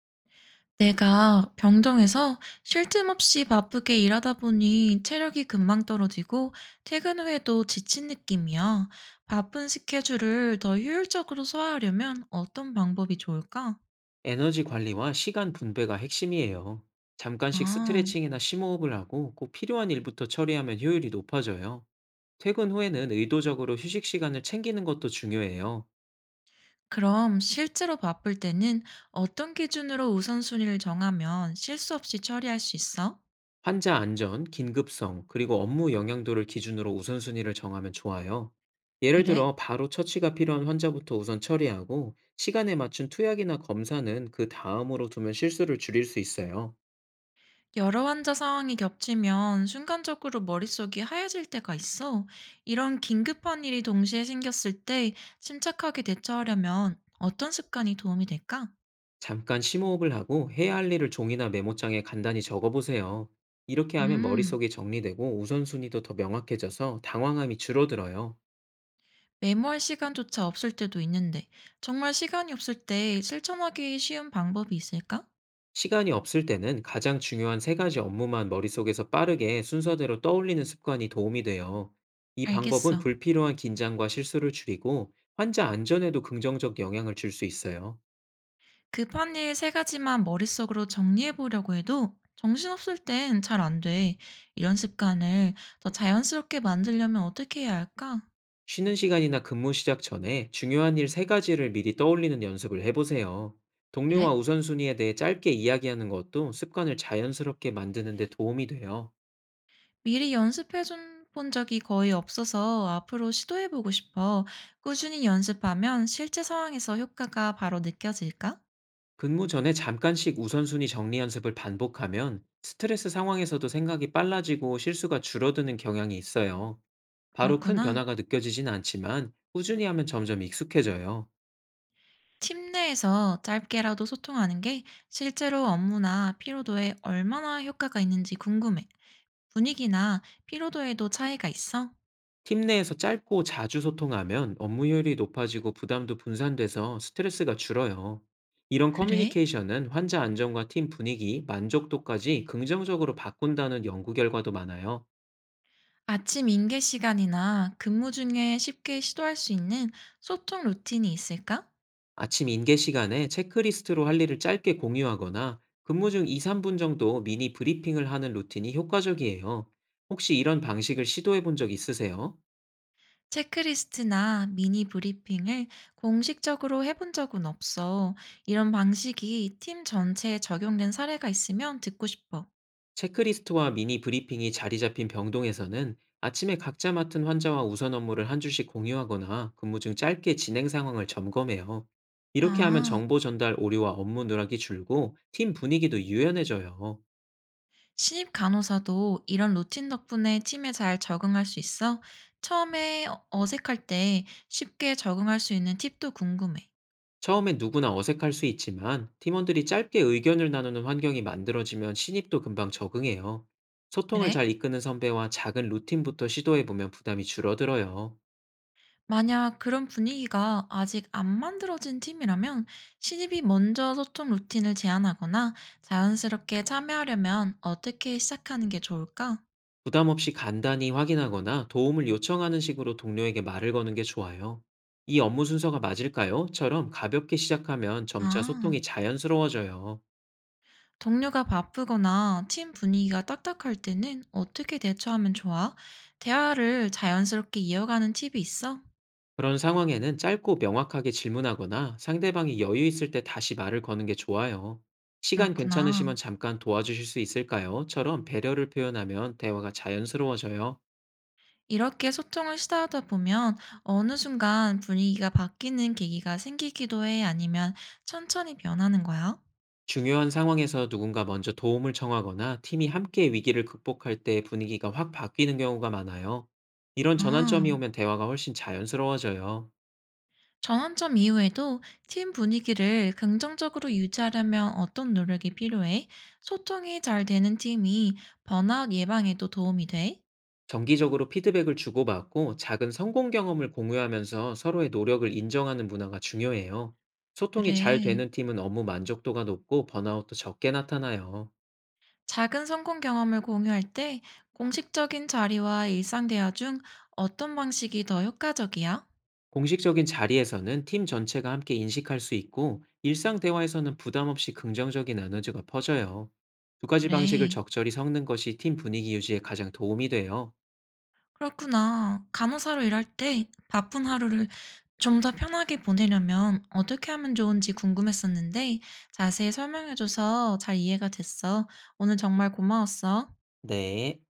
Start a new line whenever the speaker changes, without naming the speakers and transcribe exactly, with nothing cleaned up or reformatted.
내가 병동에서 쉴 틈 없이 바쁘게 일하다 보니 체력이 금방 떨어지고 퇴근 후에도 지친 느낌이야. 바쁜 스케줄을 더 효율적으로 소화하려면 어떤 방법이 좋을까?
에너지 관리와 시간 분배가 핵심이에요. 잠깐씩
아,
스트레칭이나 심호흡을 하고 꼭 필요한 일부터 처리하면 효율이 높아져요. 퇴근 후에는 의도적으로 휴식 시간을 챙기는 것도 중요해요.
그럼 실제로 바쁠 때는 어떤 기준으로 우선순위를 정하면 실수 없이 처리할 수 있어?
환자 안전, 긴급성, 그리고 업무 영향도를 기준으로 우선순위를 정하면 좋아요. 예를
그래?
들어 바로 처치가 필요한 환자부터 우선 처리하고 시간에 맞춘 투약이나 검사는 그 다음으로 두면 실수를 줄일 수 있어요.
여러 환자 상황이 겹치면 순간적으로 머릿속이 하얘질 때가 있어. 이런 긴급한 일이 동시에 생겼을 때 침착하게 대처하려면 어떤 습관이 도움이 될까?
잠깐 심호흡을 하고 해야 할 일을 종이나 메모장에 간단히 적어보세요. 이렇게 하면
음,
머릿속이 정리되고 우선순위도 더 명확해져서 당황함이 줄어들어요.
메모할 시간조차 없을 때도 있는데, 정말 시간이 없을 때 실천하기 쉬운 방법이 있을까?
시간이 없을 때는 가장 중요한 세 가지 업무만 머릿속에서 빠르게 순서대로 떠올리는 습관이 도움이 돼요. 이 방법은
알겠어.
불필요한 긴장과 실수를 줄이고 환자 안전에도 긍정적 영향을 줄 수 있어요.
급한 일 세 가지만 머릿속으로 정리해 보려고 해도 정신없을 땐 잘 안 돼. 이런 습관을 더 자연스럽게 만들려면 어떻게 해야 할까?
쉬는 시간이나 근무 시작 전에 중요한 일 세 가지를 미리 떠올리는 연습을 해보세요. 동료와
그래?
우선순위에 대해 짧게 이야기하는 것도 습관을 자연스럽게 만드는 데 도움이 돼요.
미리 연습해 본 적이 거의 없어서 앞으로 시도해 보고 싶어. 꾸준히 연습하면 실제 상황에서 효과가 바로 느껴질까?
근무 전에 잠깐씩 우선순위 정리 연습을 반복하면 스트레스 상황에서도 생각이 빨라지고 실수가 줄어드는 경향이 있어요. 바로 큰
그렇구나.
변화가 느껴지진 않지만 꾸준히 하면 점점 익숙해져요.
팀 내에서 짧게라도 소통하는 게 실제로 업무나 피로도에 얼마나 효과가 있는지 궁금해. 분위기나 피로도에도 차이가 있어?
팀 내에서 짧고 자주 소통하면 업무 효율이 높아지고 부담도 분산돼서 스트레스가 줄어요. 이런
그래?
커뮤니케이션은 환자 안정과 팀 분위기, 만족도까지 긍정적으로 바꾼다는 연구 결과도 많아요.
아침 인계 시간이나 근무 중에 쉽게 시도할 수 있는 소통 루틴이 있을까?
아침 인계 시간에 체크리스트로 할 일을 짧게 공유하거나 근무 중 이, 삼 분 정도 미니 브리핑을 하는 루틴이 효과적이에요. 혹시 이런 방식을 시도해 본 적 있으세요?
체크리스트나 미니 브리핑을 공식적으로 해본 적은 없어. 이런 방식이 팀 전체에 적용된 사례가 있으면 듣고 싶어.
체크리스트와 미니 브리핑이 자리 잡힌 병동에서는 아침에 각자 맡은 환자와 우선 업무를 한 줄씩 공유하거나 근무 중 짧게 진행 상황을 점검해요. 이렇게 하면
아,
정보 전달 오류와 업무 누락이 줄고 팀 분위기도 유연해져요.
신입 간호사도 이런 루틴 덕분에 팀에 잘 적응할 수 있어? 처음에 어- 어색할 때 쉽게 적응할 수 있는 팁도 궁금해.
처음엔 누구나 어색할 수 있지만 팀원들이 짧게 의견을 나누는 환경이 만들어지면 신입도 금방 적응해요. 소통을
그래?
잘 이끄는 선배와 작은 루틴부터 시도해보면 부담이 줄어들어요.
만약 그런 분위기가 아직 안 만들어진 팀이라면 신입이 먼저 소통 루틴을 제안하거나 자연스럽게 참여하려면 어떻게 시작하는 게 좋을까?
부담 없이 간단히 확인하거나 도움을 요청하는 식으로 동료에게 말을 거는 게 좋아요. 이 업무 순서가 맞을까요? 처럼 가볍게 시작하면 점차
아,
소통이 자연스러워져요.
동료가 바쁘거나 팀 분위기가 딱딱할 때는 어떻게 대처하면 좋아? 대화를 자연스럽게 이어가는 팁이 있어?
그런 상황에는 짧고 명확하게 질문하거나 상대방이 여유 있을 때 다시 말을 거는 게 좋아요. 시간
그렇구나.
괜찮으시면 잠깐 도와주실 수 있을까요? 처럼 배려를 표현하면 대화가 자연스러워져요.
이렇게 소통을 시도하다 보면 어느 순간 분위기가 바뀌는 계기가 생기기도 해? 아니면 천천히 변하는 거야?
중요한 상황에서 누군가 먼저 도움을 청하거나 팀이 함께 위기를 극복할 때 분위기가 확 바뀌는 경우가 많아요. 이런 전환점이
아.
오면 대화가 훨씬 자연스러워져요.
전환점 이후에도 팀 분위기를 긍정적으로 유지하려면 어떤 노력이 필요해? 소통이 잘 되는 팀이 번아웃 예방에도 도움이 돼?
정기적으로 피드백을 주고받고 작은 성공 경험을 공유하면서 서로의 노력을 인정하는 문화가 중요해요. 소통이 잘
그래.
되는 팀은 업무 만족도가 높고 번아웃도 적게 나타나요.
작은 성공 경험을 공유할 때 공식적인 자리와 일상 대화 중 어떤 방식이 더 효과적이야?
공식적인 자리에서는 팀 전체가 함께 인식할 수 있고, 일상 대화에서는 부담 없이 긍정적인 에너지가 퍼져요. 두 가지 방식을
그래.
적절히 섞는 것이 팀 분위기 유지에 가장 도움이 돼요.
그렇구나. 간호사로 일할 때 바쁜 하루를 좀 더 편하게 보내려면 어떻게 하면 좋은지 궁금했었는데 자세히 설명해줘서 잘 이해가 됐어. 오늘 정말 고마웠어.
네.